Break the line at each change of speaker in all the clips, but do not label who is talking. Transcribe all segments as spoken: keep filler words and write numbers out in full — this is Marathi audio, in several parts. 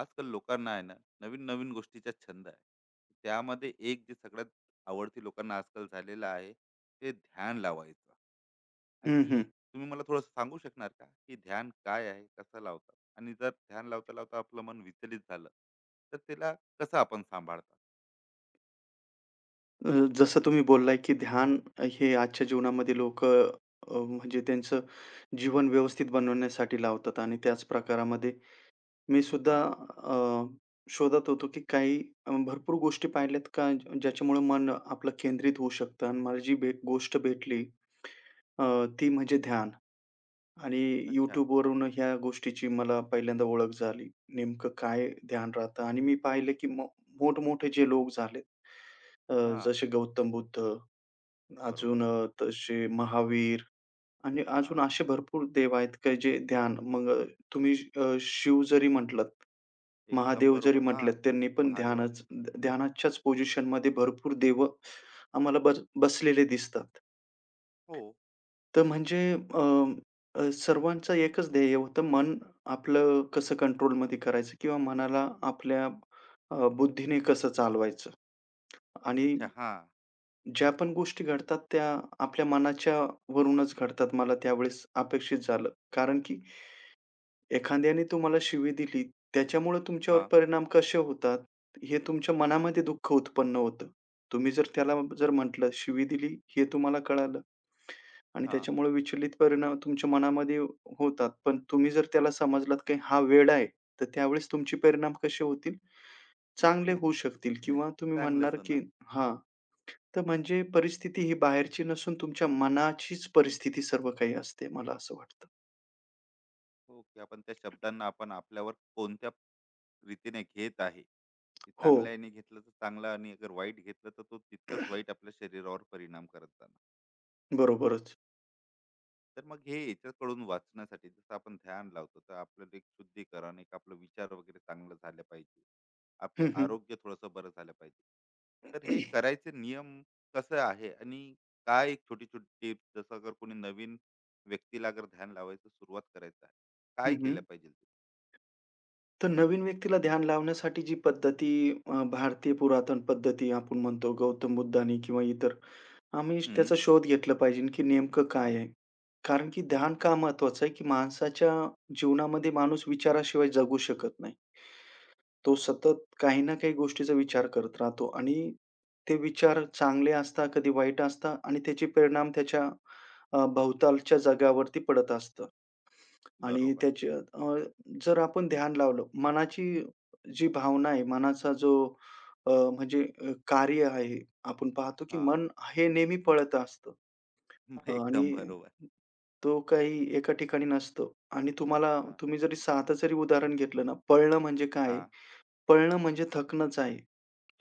आजकाल लोकांना आहे ना, नवीन नवीन गोष्टीचा छंद आहे. त्यामध्ये एक जे सगळ्यात आवडती लोकांना आजकाल झालेलं आहे ते ध्यान लावायचं.
हं, हं.
आणि तुम्ही मला थोडं सांगू शकणार का की ध्यान काय आहे, कसं लावतात, आणि जर ध्यान लावता लावता आपलं मन विचलित झालं तर त्याला कसं आपण सांभाळतात?
अ, जसं तुम्ही बोललाय, की ध्यान हे आजच्या जीवनामध्ये लोकं अ, म्हणजे त्यांचं जीवन व्यवस्थित बनवण्यासाठी लावतात आणि त्याच प्रकारामध्ये मी सुद्धा
हां,
अ, शोधत होतो, की काही अ, भरपूर गोष्टी पाहिल्यात का ज्याच्यामुळे मन आपलं केंद्रित होऊ शकतं आणि मला जी भे गोष्ट भेटली,
हां.
अ, ती म्हणजे ध्यान. आणि
अच्छा,
YouTubeवरून ह्या गोष्टीची मला पहिल्यांदा ओळख झाली. नेमकं काय ध्यान राहतं आणि मी पाहिलं की मो मोठमोठे जे लोक झालेत, अ,
हां.
जसे गौतम बुद्ध, अजून
बरोबर,
अ, तसे महावीर आणि अजून
हां.
असे भरपूर देव आहेत की जे ध्यान मग, अ, तुम्ही अ, शिव जरी म्हटलात,
एकदम
महादेव जरी
बरोबर, हां.
म्हटलेत, त्यांनी पण ध्यानच
महादेवांनी.
ध्यानाच्याच पोझिशनमध्ये भरपूर देव आम्हाला बस बसलेले दिसतात.
हो.
तर म्हणजे, अ, अ, सर्वांचं एकच ध्येय होतं, मन आपलं कसं कंट्रोलमध्ये करायचं किंवा मनाला आपल्या अ, बुद्धीने कसं चालवायचं. आणि
अच्छा, हां,
ज्या पण गोष्टी घडतात त्या आपल्या मनाच्या वरूनच घडतात. मला त्यावेळेस अपेक्षित झालं. कारण की एखाद्याने तुम्हाला शिवी दिली, त्याच्यामुळे तुमच्यावर
हां,
परिणाम कसे होतात, हे तुमच्या मनामध्ये दुःख उत्पन्न होतं. तुम्ही जर त्याला जर म्हटलं, शिवी दिली हे तुम्हाला कळालं आणि
हां.
त्याच्यामुळे विचलित परिणाम तुमच्या मनामध्ये होतात. पण तुम्ही जर त्याला समजलात की हा वेडा आहे, तर त्यावेळेस तुमचे परिणाम कसे होतील? चांगले होऊ शकतील किंवा तुम्ही
चांगलंच
म्हणणार
होणार.
की हां, तर म्हणजे परिस्थिती ही बाहेरची नसून तुमच्या मनाचीच परिस्थिती सर्व काही असते. मला असं वाटतं.
हो की आपण त्या शब्दांना आपण आपल्यावर कोणत्या रीतीने घेत आहे, की
हो,
चांगल्या घेतलं तर चांगलं आणि अगर वाईट घेतलं तर तो तितकंच वाईट आपल्या शरीरावर परिणाम करत जाणार.
बरोबरच.
तर मग हे याच्याकडून वाचण्यासाठी जसं आपण ध्यान लावतो, तर आपलं एक शुद्धीकरण, एक आपलं विचार वगैरे चांगलं झालं पाहिजे,
हं,
आपले
हं.
आरोग्य थोडंसं बरं झालं पाहिजे. तर
हं,
हे करायचे नियम कसं आहे आणि काय एक छोटी छोटी टिप्स, जसं अगर कोणी नवीन व्यक्तीला अगर ध्यान लावायचं सुरुवात करायचं आहे, काय
हं.
केलं पाहिजे ते?
तर नवीन व्यक्तीला ध्यान लावण्यासाठी जी पद्धती, अ, भारतीय पुरातन पद्धती आपण म्हणतो गौतम बुद्धानी किंवा इतर, आम्ही
हम्म.
त्याचा शोध घेतला पाहिजे की नेमकं काय आहे? कारण की ध्यान का महत्वाचं आहे, की माणसाच्या जीवनामध्ये माणूस विचाराशिवाय जगू शकत नाही. तो
हा,
सतत काही ना काही गोष्टीचा विचार करत राहतो आणि ते विचार चांगले असतात, कधी वाईट असतात आणि त्याचे परिणाम त्याच्या अ, भोवतालच्या जगावरती पडत असतं. आणि
बरोबर.
त्याची, अ, जर आपण ध्यान लावलं, मनाची जी भावना आहे, मनाचा जो अ, म्हणजे अ, कार्य आहे, आपण पाहतो की
हां.
मन हे नेहमी पळत असतं. अ,
एकदम
आणि
बरोबर.
तो काही एका ठिकाणी नसतो. आणि तुम्हाला
हां,
तुम्ही जरी साधं जरी उदाहरण घेतलं ना, पळणं म्हणजे काय आहे?
हां.
पळणं म्हणजे थकणंच आहे.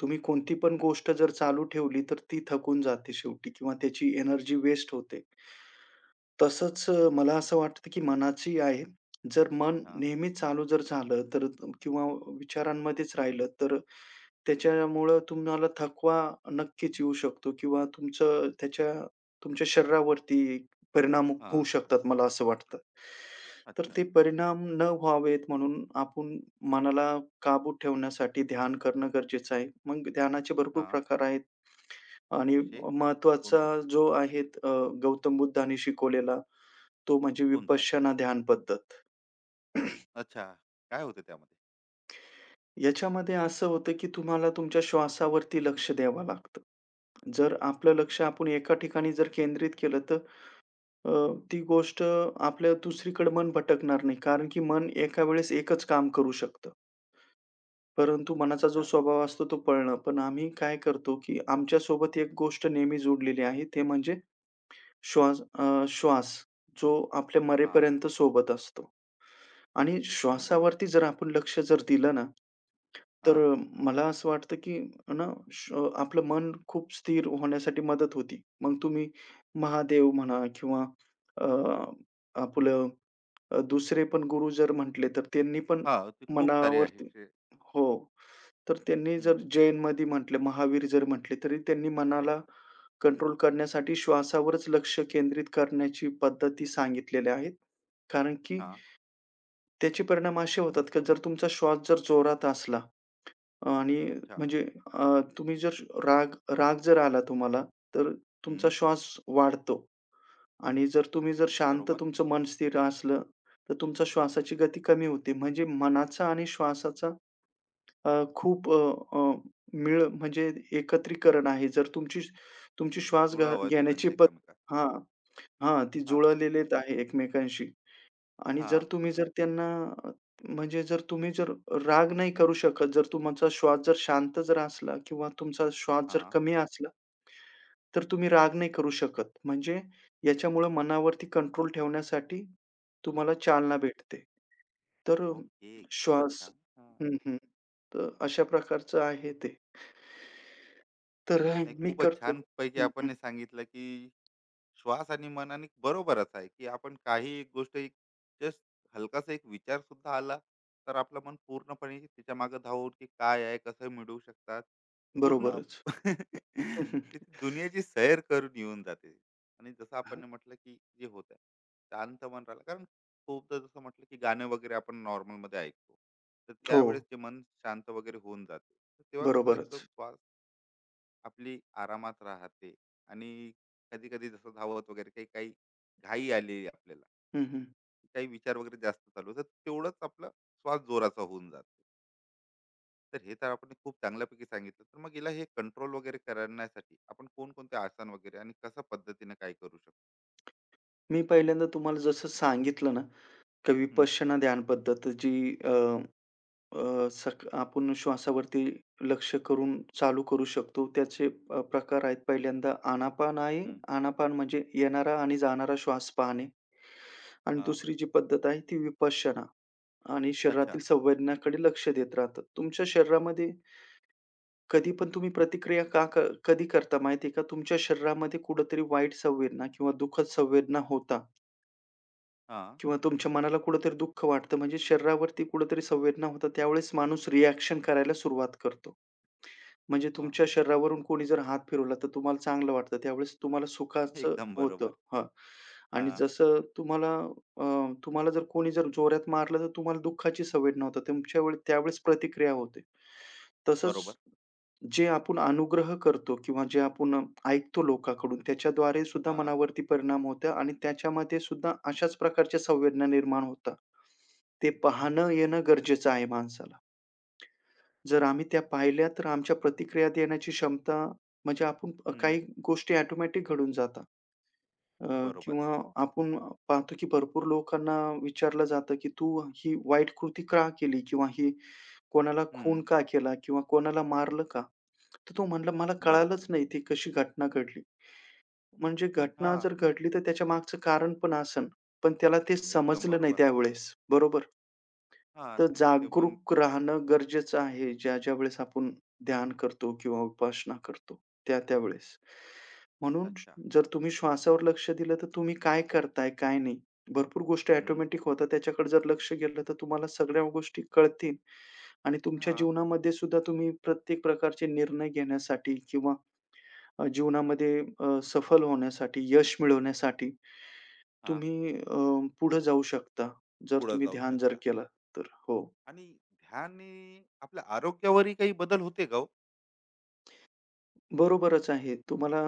तुम्ही कोणती पण गोष्ट जर चालू ठेवली, तर ती थकून जाते शेवटी किंवा त्याची एनर्जी वेस्ट होते.
बरोबर.
तसंच, अ, मला असं वाटतं की मनाची आहे. जर मन
हां,
नेहमी चालू जर झालं तर किंवा विचारांमध्येच राहिलं तर त्याच्यामुळं तुम्हाला थकवा नक्कीच येऊ शकतो किंवा तुमचं त्याच्या तुमच्या शरीरावरती परिणाम होऊ
हां.
शकतात, मला असं वाटतं. तर
अच्छा.
ते परिणाम न व्हावेत म्हणून आपण मनाला काबूत ठेवण्यासाठी ध्यान करणं गरजेचं आहे. मग ध्यानाचे भरपूर
हां.
प्रकार आहेत. आणि
जसे
महत्त्वाचा
कोणकोणते?
जो आहे, अ, गौतम बुद्धाने शिकवलेला तो म्हणजे
कोणता?
विपश्यना ध्यान पद्धत.
अच्छा. काय होतं त्यामध्ये?
याच्यामध्ये असं होतं, की तुम्हाला तुमच्या श्वासावरती लक्ष द्यावं लागतं. जर आपलं लक्ष आपण एका ठिकाणी जर केंद्रित केलं, तर अ, ती गोष्ट आपल्या दुसरीकडे मन भटकणार नाही. कारण की मन एका वेळेस एकच काम करू शकतं. परंतु मनाचा जो
अच्छा.
स्वभाव असतो तो पळणं. पण आम्ही काय करतो, की आमच्यासोबत एक गोष्ट नेहमी जोडलेली आहे, ते म्हणजे श्वास. अ, श्वास जो आपल्या
हां.
मरेपर्यंत सोबत असतो, आणि
एकदम बरोबर.
श्वासावरती जर आपण लक्ष जर दिलं ना, तर
हां.
अ, मला असं वाटतं, की आहे ना, श अ, आपलं मन खूप स्थिर होण्यासाठी मदत होती. मग तुम्ही महादेव म्हणा किंवा अ, आपलं अ, दुसरे पण गुरु जर म्हटले, तर त्यांनी पण
हां. ते खूप सारे आहे
मनावरती
ते.
हो. तर त्यांनी जर
हं.
जैनमध्ये म्हटले, महावीर जर म्हटले, तरी त्यांनी मनाला
बरोबर.
कंट्रोल करण्यासाठी श्वासावरच लक्ष केंद्रित करण्याची पद्धती सांगितलेल्या आहेत. कारण की
हां.
त्याचे परिणाम असे होतात, की जर तुमचा श्वास जर जोरात असला आणि,
अच्छा.
म्हणजे अ, तुम्ही जर राग राग जर आला तुम्हाला, तर तुमचा
हं.
श्वास वाढतो आणि जर तुम्ही जर
हं.
शांत
बरोबर.
तुमचं मन स्थिर असलं, तर तुमच्या श्वासाची गती कमी होते. म्हणजे मनाचा आणि श्वासाचा अ, खूप अ, अ, मेळ म्हणजे एकत्रीकरण आहे. जर तुमची तुमची श्वास घ
जुळाव आहे
घेण्याची
दोघांचं
पद्धत
एकमेकांत.
हां, हां. ती
हां,
जुळलेलीच आहे एकमेकांशी. आणि जर
हां,
तुम्ही जर त्यांना अ, म्हणजे जर तुम्ही जर राग नाही करू शकत, जर तुमचा श्वास जर शांत जर असला किंवा तुमचा श्वास जर
हां.
कमी असला, तर तुम्ही राग नाही करू शकत. म्हणजे याच्यामुळं मनावरती कंट्रोल ठेवण्यासाठी तुम्हाला चालना भेटते. तर अ,
ओके. खूपच
श्वास
छान. हां.
हं, हं. तर अशा प्रकारचं आहे ते. तर अ,
नाही,
मी
खूपच
करतो.
छानपैकी
हं, हं.
आपण हे सांगितलं, की श्वास आणि मन आणि बरोबरच आहे की आपण काही एक गोष्ट, एक जस्ट हलकासा एक विचार सुद्धा आला, तर आपलं मन पूर्णपणे त्याच्या मागे धावून की काय आहे, कसं मिळवू शकतात पूर्ण.
बरोबरच. हं, हं.
ती दुनियाची सैर करून येऊन जाते. आणि जसं आपण ने म्हटलं की जे होत आहे, शांत मन राहिलं, कारण खूपदा जसं म्हटलं की गाणे वगैरे आपण नॉर्मल मध्ये ऐकतो, तर
हो,
त्यावेळेस जे मन शांत वगैरे होऊन जाते, तर तेव्हा कसं
बरोबरच.
एकदम श्वास आपली आरामात राहते. आणि कधी कधी जसं धावत वगैरे काही काही घाई आली आपल्याला,
हं, हं.
काही विचार वगैरे जास्त चालू, तर तेवढंच आपला श्वास जोराचा होऊन जातो. तर हे तर आपण खूप चांगल्यापैकी सांगितलं. तर मग हिला हे कंट्रोल वगैरे करण्यासाठी आपण कोणकोणते आसन वगैरे आणि कशा पद्धतीने काय करू शकतो?
मी पहिल्यांदा तुम्हाला जसं सांगितलं ना, तर
हम्म,
विपश्यना ध्यान पद्धत जी अ, अ, सक आपण श्वासावरती लक्ष करून चालू करू शकतो. त्याचे अ, प्रकार आहेत. पहिल्यांदा आनापान आहे.
हम्म,
आनापान म्हणजे येणारा आणि जाणारा श्वास पाहणे. आणि
हा.
दुसरी जी पद्धत आहे ती विपश्यना, आणि शरीरातील
अच्छा.
संवेदनाकडे लक्ष देत राहतं. तुमच्या शरीरामध्ये कधी पण तुम्ही प्रतिक्रिया का क कधी करता माहिती आहे का? तुमच्या शरीरामध्ये कुठेतरी वाईट संवेदना किंवा दुःखद संवेदना होता.
हा.
किंवा तुमच्या मनाला कुठेतरी दुःख वाटतं, म्हणजे शरीरावरती कुठेतरी संवेदना होतात, त्यावेळेस माणूस रिएक्शन करायला सुरुवात करतो. म्हणजे
हा,
तुमच्या शरीरावरून कोणी जर हात फिरवला, तर तुम्हाला चांगलं वाटतं. त्यावेळेस तुम्हाला सुखाचं
एकदम
होतं.
बरोबर.
हां. आणि
हा.
जसं तुम्हाला अ, तुम्हाला जर कोणी जर जोरात मारलं, तर तुम्हाला दुःखाची संवेदना होते. तुमच्या वेळी त्यावेळेस प्रतिक्रिया होते. तसंच
बरोबर.
जे आपण अनुग्रह करतो किंवा जे आपण ऐकतो लोकांकडून, त्याच्याद्वारे सुद्धा
हा.
मनावरती परिणाम होतो आणि त्याच्यामध्ये सुद्धा अशाच प्रकारच्या संवेदना निर्माण होतात. ते पाहणं येणं गरजेचं आहे माणसाला. जर आम्ही त्या पाहिल्या, तर आमच्या प्रतिक्रिया देण्याची क्षमता म्हणजे आपण काही
हम्म.
गोष्टी ऑटोमॅटिक घडून जातात. अ,
बरोबर
किंवा
आहे.
आपण पाहतो की भरपूर लोकांना विचारलं जातं की तू ही वाईट कृती का केली? किंवा ही कोणाला खून
हम्म.
का केला? किंवा कोणाला मारलं का? तर तो म्हणला, "मला
बरोबर.
कळालंच नाही ती कशी घटना घडली." म्हणजे
हा,
घटना जर घडली तर त्याच्या मागचं कारण पण असेल, पण त्याला ते
एकदम
समजलं नाही
बरोबर.
त्यावेळेस. बरोबर?
हा,
तर
तिथं ते मन.
जागरूक राहणं गरजेचं आहे, ज्या-ज्या वेळेस आपण ध्यान करतो किंवा उपासना करतो, त्या-त्या वेळेस. म्हणून
अच्छा.
जर तुम्ही श्वासावर लक्ष दिलं, तर तुम्ही काय करताय, काय नाही. भरपूर गोष्टी
हं,
ऑटोमॅटिक होतात. त्याच्याकडे जर लक्ष गेलं, तर तुम्हाला सगळ्या गोष्टी कळतील आणि तुमच्या
हां,
जीवनामध्ये सुद्धा तुम्ही प्रत्येक प्रकारचे निर्णय घेण्यासाठी किंवा अ, जीवनामध्ये अ, सफल होण्यासाठी, यश मिळवण्यासाठी
हां.
तुम्ही पुढे जाऊ शकता, जर
पुढे
तुम्ही
जाऊ
ध्यान जर
शकता.
केलं तर. हो.
आणि ध्यानने आपल्या आरोग्यावरही काही बदल होते का हो?
बरोबरच आहे. तुम्हाला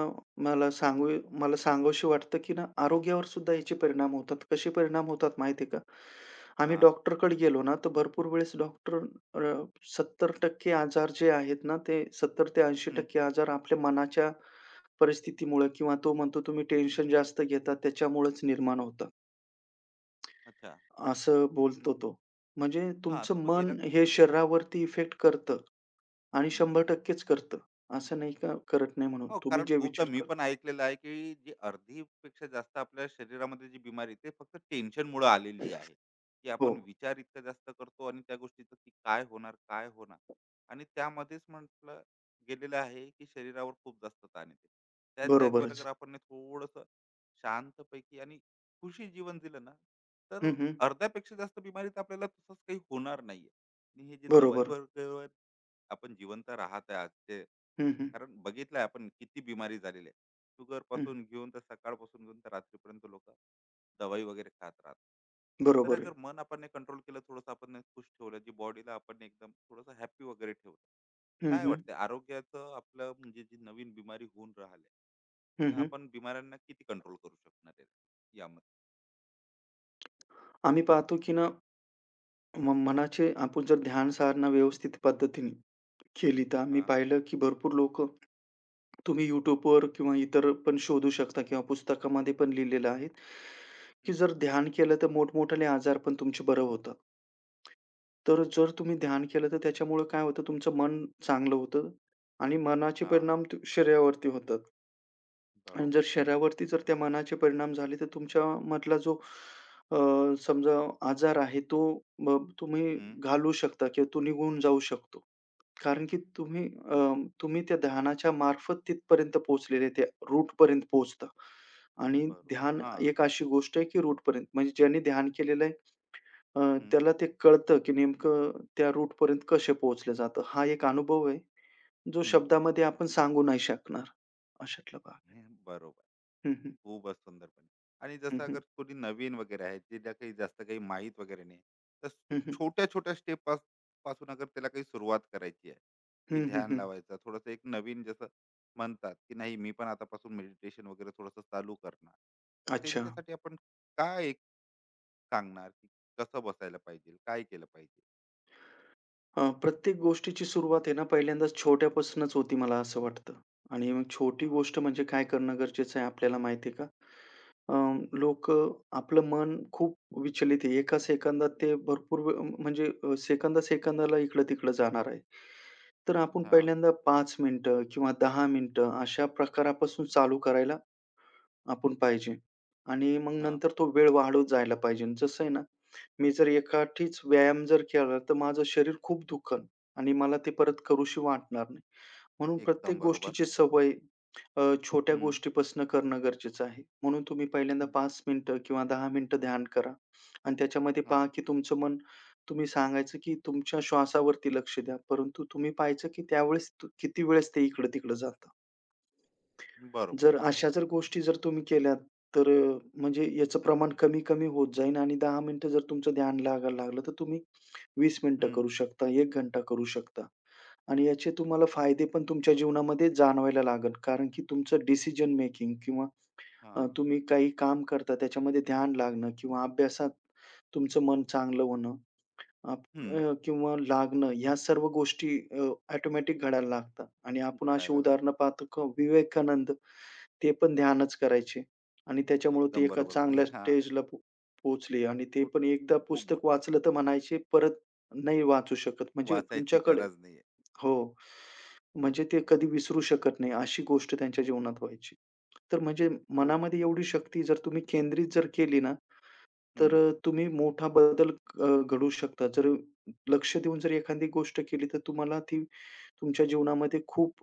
मला सांगू मला सांगावसं वाटतं, की ना आरोग्यावर सुद्धा याचे परिणाम होतात. कसे परिणाम होतात माहिती आहे का? आम्ही
हां,
डॉक्टरकडे गेलो ना, तर भरपूर वेळेस डॉक्टर सत्तर 70% आजार जे आहेत ना, ते सत्तर ते
हं.
ऐंशी टक्के आजार आपल्या मनाच्या परिस्थितीमुळं किंवा तो म्हणतो तुम्ही टेन्शन जास्त घेता त्याच्यामुळेच निर्माण होतात.
अच्छा.
असं बोलतो तो. म्हणजे
हां, तर
तुमचं
मग याला.
मन हे शरीरावरती इफेक्ट करतं आणि शंभर टक्के च करतं. असं नाही का करत नाही म्हणून.
हो,
तुम्ही
कारण
जे
खूपदा
विचार
मी
करता
पण ऐकलेलं आहे, की जी अर्धीपेक्षा जास्त आपल्या शरीरामध्ये जी बिमारी, ते फक्त टेन्शनमुळे आलेली आहे, की
हो,
आपण विचार इतका जास्त करतो आणि त्या गोष्टीचं की काय होणार, काय होणार? आणि त्यामध्येच म्हटलं गेलेलं आहे, की शरीरावर खूप जास्त ताण येते. त्याच जागेवर
बरोबरच.
अगर आपण ना शांतपैकी आणि खुशी जीवन दिलं ना, तर
हं, हं.
अर्ध्यापेक्षा जास्त बिमारी तर आपल्याला तसंच काही होणार नाहीये. आणि हे जे दवाई
बरोबर.
वगैरे आपण जिवंत राहत आहे आजचे,
हं, हं.
कारण बघितलंय आपण किती बिमारी झालेली आहे. शुगर
हं.
पासून घेऊन तर, सकाळपासून घेऊन तर रात्रीपर्यंत लोक दवाई वगैरे खात राहतात. तर
बरोबर आहे.
अगर मन आपण कंट्रोल केलं, थोडंसं आपण खुश ठेवलं, जी बॉडीला आपण एकदम थोडंसं हॅपी वगैरे ठेवलं.
हं,
काय
हं.
वाटतंय आरोग्याचं आपलं, म्हणजे जी नवीन बिमारी होऊन राहिली,
हं,
तर
हं.
आपण बिमाऱ्यांना किती कंट्रोल करू शकणार आहे यामध्ये?
आम्ही पाहतो की ना, म मनाचे आपण जर ध्यान साधना व्यवस्थित पद्धतीने केली, तर आम्ही
हां,
पाहिलं की भरपूर लोकं तुम्ही YouTubeवर किंवा इतर पण शोधू शकता किंवा पुस्तकामध्ये पण लिहिलेलं आहे, की
हं,
जर ध्यान केलं तर मोठमोठाले आजार पण तुमचे बरं होतात. तर जर तुम्ही ध्यान केलं तर त्याच्यामुळं काय होतं तुमचं मन चांगलं होतं आणि मनाचे
हां,
परिणाम त शरीरावरती होतात. आणि जर
बरोबर.
शरीरावरती जर त्या मनाचे परिणाम झाले तर तुमच्यामधला जो अ, समजा आजार आहे तो मग तुम्ही
हं,
घालवू शकता किंवा तो निघून जाऊ शकतो. कारण की तुम्ही अं, तुम्ही त्या ध्यानाच्या मार्फत तिथपर्यंत पोहोचलेले, त्या रूटपर्यंत पोहोचता आणि
बरोबर.
ध्यान
हां,
एक अशी गोष्ट आहे की रूटपर्यंत म्हणजे ज्यांनी ध्यान केलेलं आहे अ,
हं,
त्याला ते कळतं की नेमकं त्या रूटपर्यंत कसे पोहोचलं जातं. हा एक अनुभव आहे, जो
हं,
शब्दामध्ये आपण सांगू नाही शकणार, अशातला भाग आहे.
हं, बरोबर.
हं, हं.
खूपच सुंदरपणे. आणि
हं,
जसं
हं.
अगर कोणी नवीन वगैरे आहे, ज्याला काही जास्त काही माहीत वगैरे नाही, तर
हं, हं.
छोट्या-छोट्या स्टेप पास पासून अगर त्याला काही सुरुवात करायची आहे, की ध्यान
हं,
लावायचं, थोडंसं एक नवीन, जसं म्हणतात, की नाही मी पण आतापासून मेडिटेशन वगैरे थोडंसं चालू करणार. तर
अच्छा.
त्यांच्यासाठी आपण काय एक सांगणार, की कसं बसायला पाहिजे? काय केलं पाहिजे?
अ, प्रत्येक गोष्टीची सुरुवात आहे ना, पहिल्यांदा छोट्यापासूनच होती, मला असं वाटतं. आणि मग छोटी
हां,
गोष्ट म्हणजे काय करणं गरजेचं आहे आपल्याला माहिती आहे का? अ,
हं,
आपलं मन खूप विचलित आहे. एका सेकंदात ते भरपूर वेळ म्हणजे अ, सेकंदा-सेकंदाला इकडं-तिकडं जाणार आहे. तर आपण
हां,
पहिल्यांदा पाच मिनिटं किंवा दहा मिनिटं अशा प्रकारापासून चालू करायला आपण पाहिजे. आणि मग
हां.
नंतर तो वेळ वाढवत जायला पाहिजे. जसं आहे ना, मी जर एकाठीच व्यायाम जर केला, तर माझं शरीर खूप दुखन, आणि मला ते परत करूशी वाटणार नाही. म्हणून प्रत्येक
एकदम बरोबर.
गोष्टीची सवय अ, छोट्या
हं,
गोष्टीपासून करणं गरजेचं आहे. म्हणून तुम्ही पहिल्यांदा
हं.
पाच मिनिटं किंवा दहा मिनिटं ध्यान करा आणि त्याच्यामध्ये पहा,
हां,
की तुमचं मन तुम्ही सांगायचं, की तुमच्या श्वासावरती लक्ष द्या. परंतु तुम्ही पाहायचं, की त्यावेळेस तु- किती वेळेस ते इकडं-तिकडं जातं.
बरोबर.
जर अशा जर गोष्टी जर तुम्ही केल्यात, तर अ, म्हणजे याचं प्रमाण कमी-कमी होत जाईल आणि दहा मिनिटं जर तुमचं ध्यान लागायला लागलं, तर तुम्ही वीस मिनिटं
हं,
करू शकता, एक घंटा करू शकता. आणि याचे तुम्हाला फायदे पण तुमच्या जीवनामध्ये जाणवायला लागेल. कारण की तुमचं डिसिजन मेकिंग किंवा अ,
हां,
तुम्ही काही काम करता त्याच्यामध्ये ध्यान लागणं किंवा अभ्यासात तुमचं मन चांगलं होणं आप
हं.
अ, किंवा लागणं ह्या सर्व गोष्टी ऑटोमॅटिक घडायला लागतात. आणि आपण अशी
घडायला लागलं.
उदाहरणं पाहतो का विवेकानंद, ते पण ध्यानच करायचे आणि त्याच्यामुळे ती
एकदम
एका
बरोबर बोलले.
चांगल्या
हां.
स्टेजला पो पोहोचली आणि ते
खूप
पण एकदा
खूप
पुस्तक
मोठं.
वाचलं तर म्हणायचे परत नाही वाचू शकत. म्हणजे
वाचायची
तुमच्याकडे
गरज नाहीये.
हो. म्हणजे ते कधी विसरू शकत नाही अशी गोष्ट त्यांच्या जीवनात व्हायची. तर म्हणजे
नाही खूप.
मनामध्ये एवढी शक्ती जर तुम्ही केंद्रित जर केली ना, तर
हं.
अ, तुम्ही मोठा बदल अ, घडवू शकता. जर लक्ष देऊन जर एखादी गोष्ट केली तर तुम्हाला ती तुमच्या जीवनामध्ये खूप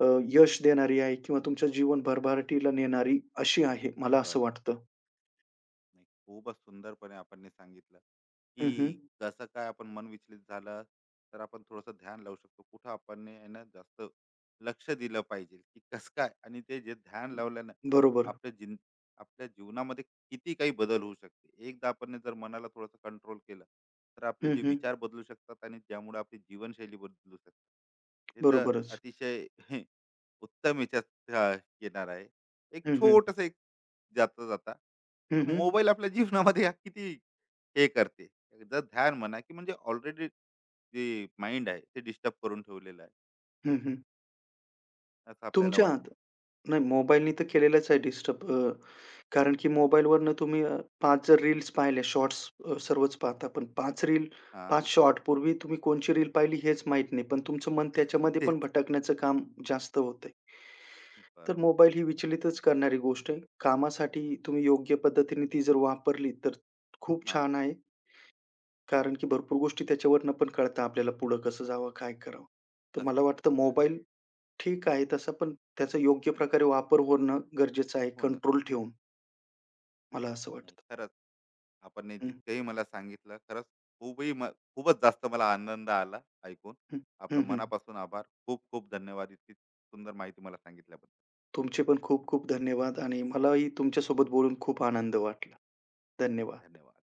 अ, यश देणारी आहे किंवा तुमच्या जीवन भरभराटीला नेणारी अशी आहे, मला असं
बरं.
वाटतं.
नाही, खूपच सुंदरपणे आपण हे सांगितलं,
हं, हं.
की कसं काय आपण मन विचलित झालं तर आपण थोडंसं ध्यान लावू शकतो, कुठं आपण ने आहे ना जास्त लक्ष दिलं पाहिजे की कसं काय, आणि ते जे ध्यान लावल्यानं
बरोबर.
आपल्या जिन, आपल्या जीवनामध्ये किती काही बदल होऊ शकते, एकदा आपण हे जर मनाला थोडंसं कंट्रोल केलं तर आपले
हं,
जे
हं.
विचार बदलू शकतात आणि त्यामुळे आपली जीवनशैली बदलू शकते. ते तर
बरोबरच.
अतिशय उत्तम याच्यात अ, येणार आहे एक
हं, हं.
छोटस एक, जाता जाता,
हं,
हा
हं.
मोबाईल आपल्या जीवनामध्ये हा किती हे करते. जर ध्यान म्हणा की म्हणजे ऑलरेडी जे माइंड आहे ते डिस्टर्ब करून ठेवलेलं आहे
हं, हं.
असं आपल्याला
तुमच्या हात
वाटते.
नाही, मोबाईलनी तर केलेलंच आहे डिस्टर्ब. अ, कारण की मोबाईलवरनं तुम्ही, अ, पाच जर रील्स पाहिल्या, शॉर्ट्स अ, सर्वच पाहता. पण पाच रील,
हा.
पाच शॉर्ट पूर्वी तुम्ही कोणची रील पाहिली हेच माहीत नाही. पण तुमचं मन त्याच्यामध्ये पण
तेच
भटकण्याचं काम जास्त होतंय. तर
बरोबर.
मोबाईल ही विचलितच करणारी गोष्ट आहे. कामासाठी तुम्ही योग्य पद्धतीने ती जर वापरली तर खूप
हा,
छान आहे.
हा,
कारण की भरपूर गोष्टी त्याच्यावरनं पण कळतं आपल्याला पुढं कसं जावं, काय करावं. तर मला
कसं
वाटतं
जाऊ, काय.
मोबाईल ठीक आहे तसा, पण त्याचा योग्य प्रकारे वापर होणं गरजेचं आहे,
हो ना
कंट्रोल
खरं.
ठेवून, मला असं
नाही,
वाटतं.
खरंच आपण हे
हं,
जितकंही मला सांगितलं, खरंच खूपही म-, खूपच जास्त मला आनंद आला ऐकून.
हं.
आपलं
हं, हं.
मनापासून आभार, खूप खूप धन्यवाद इतकी सुंदर माहिती मला सांगितल्याबद्दल.
तुमचे पण खूप खूप धन्यवाद आणि मलाही तुमच्यासोबत बोलून खूप आनंद वाटला. धन्यवाद.
धन्यवाद.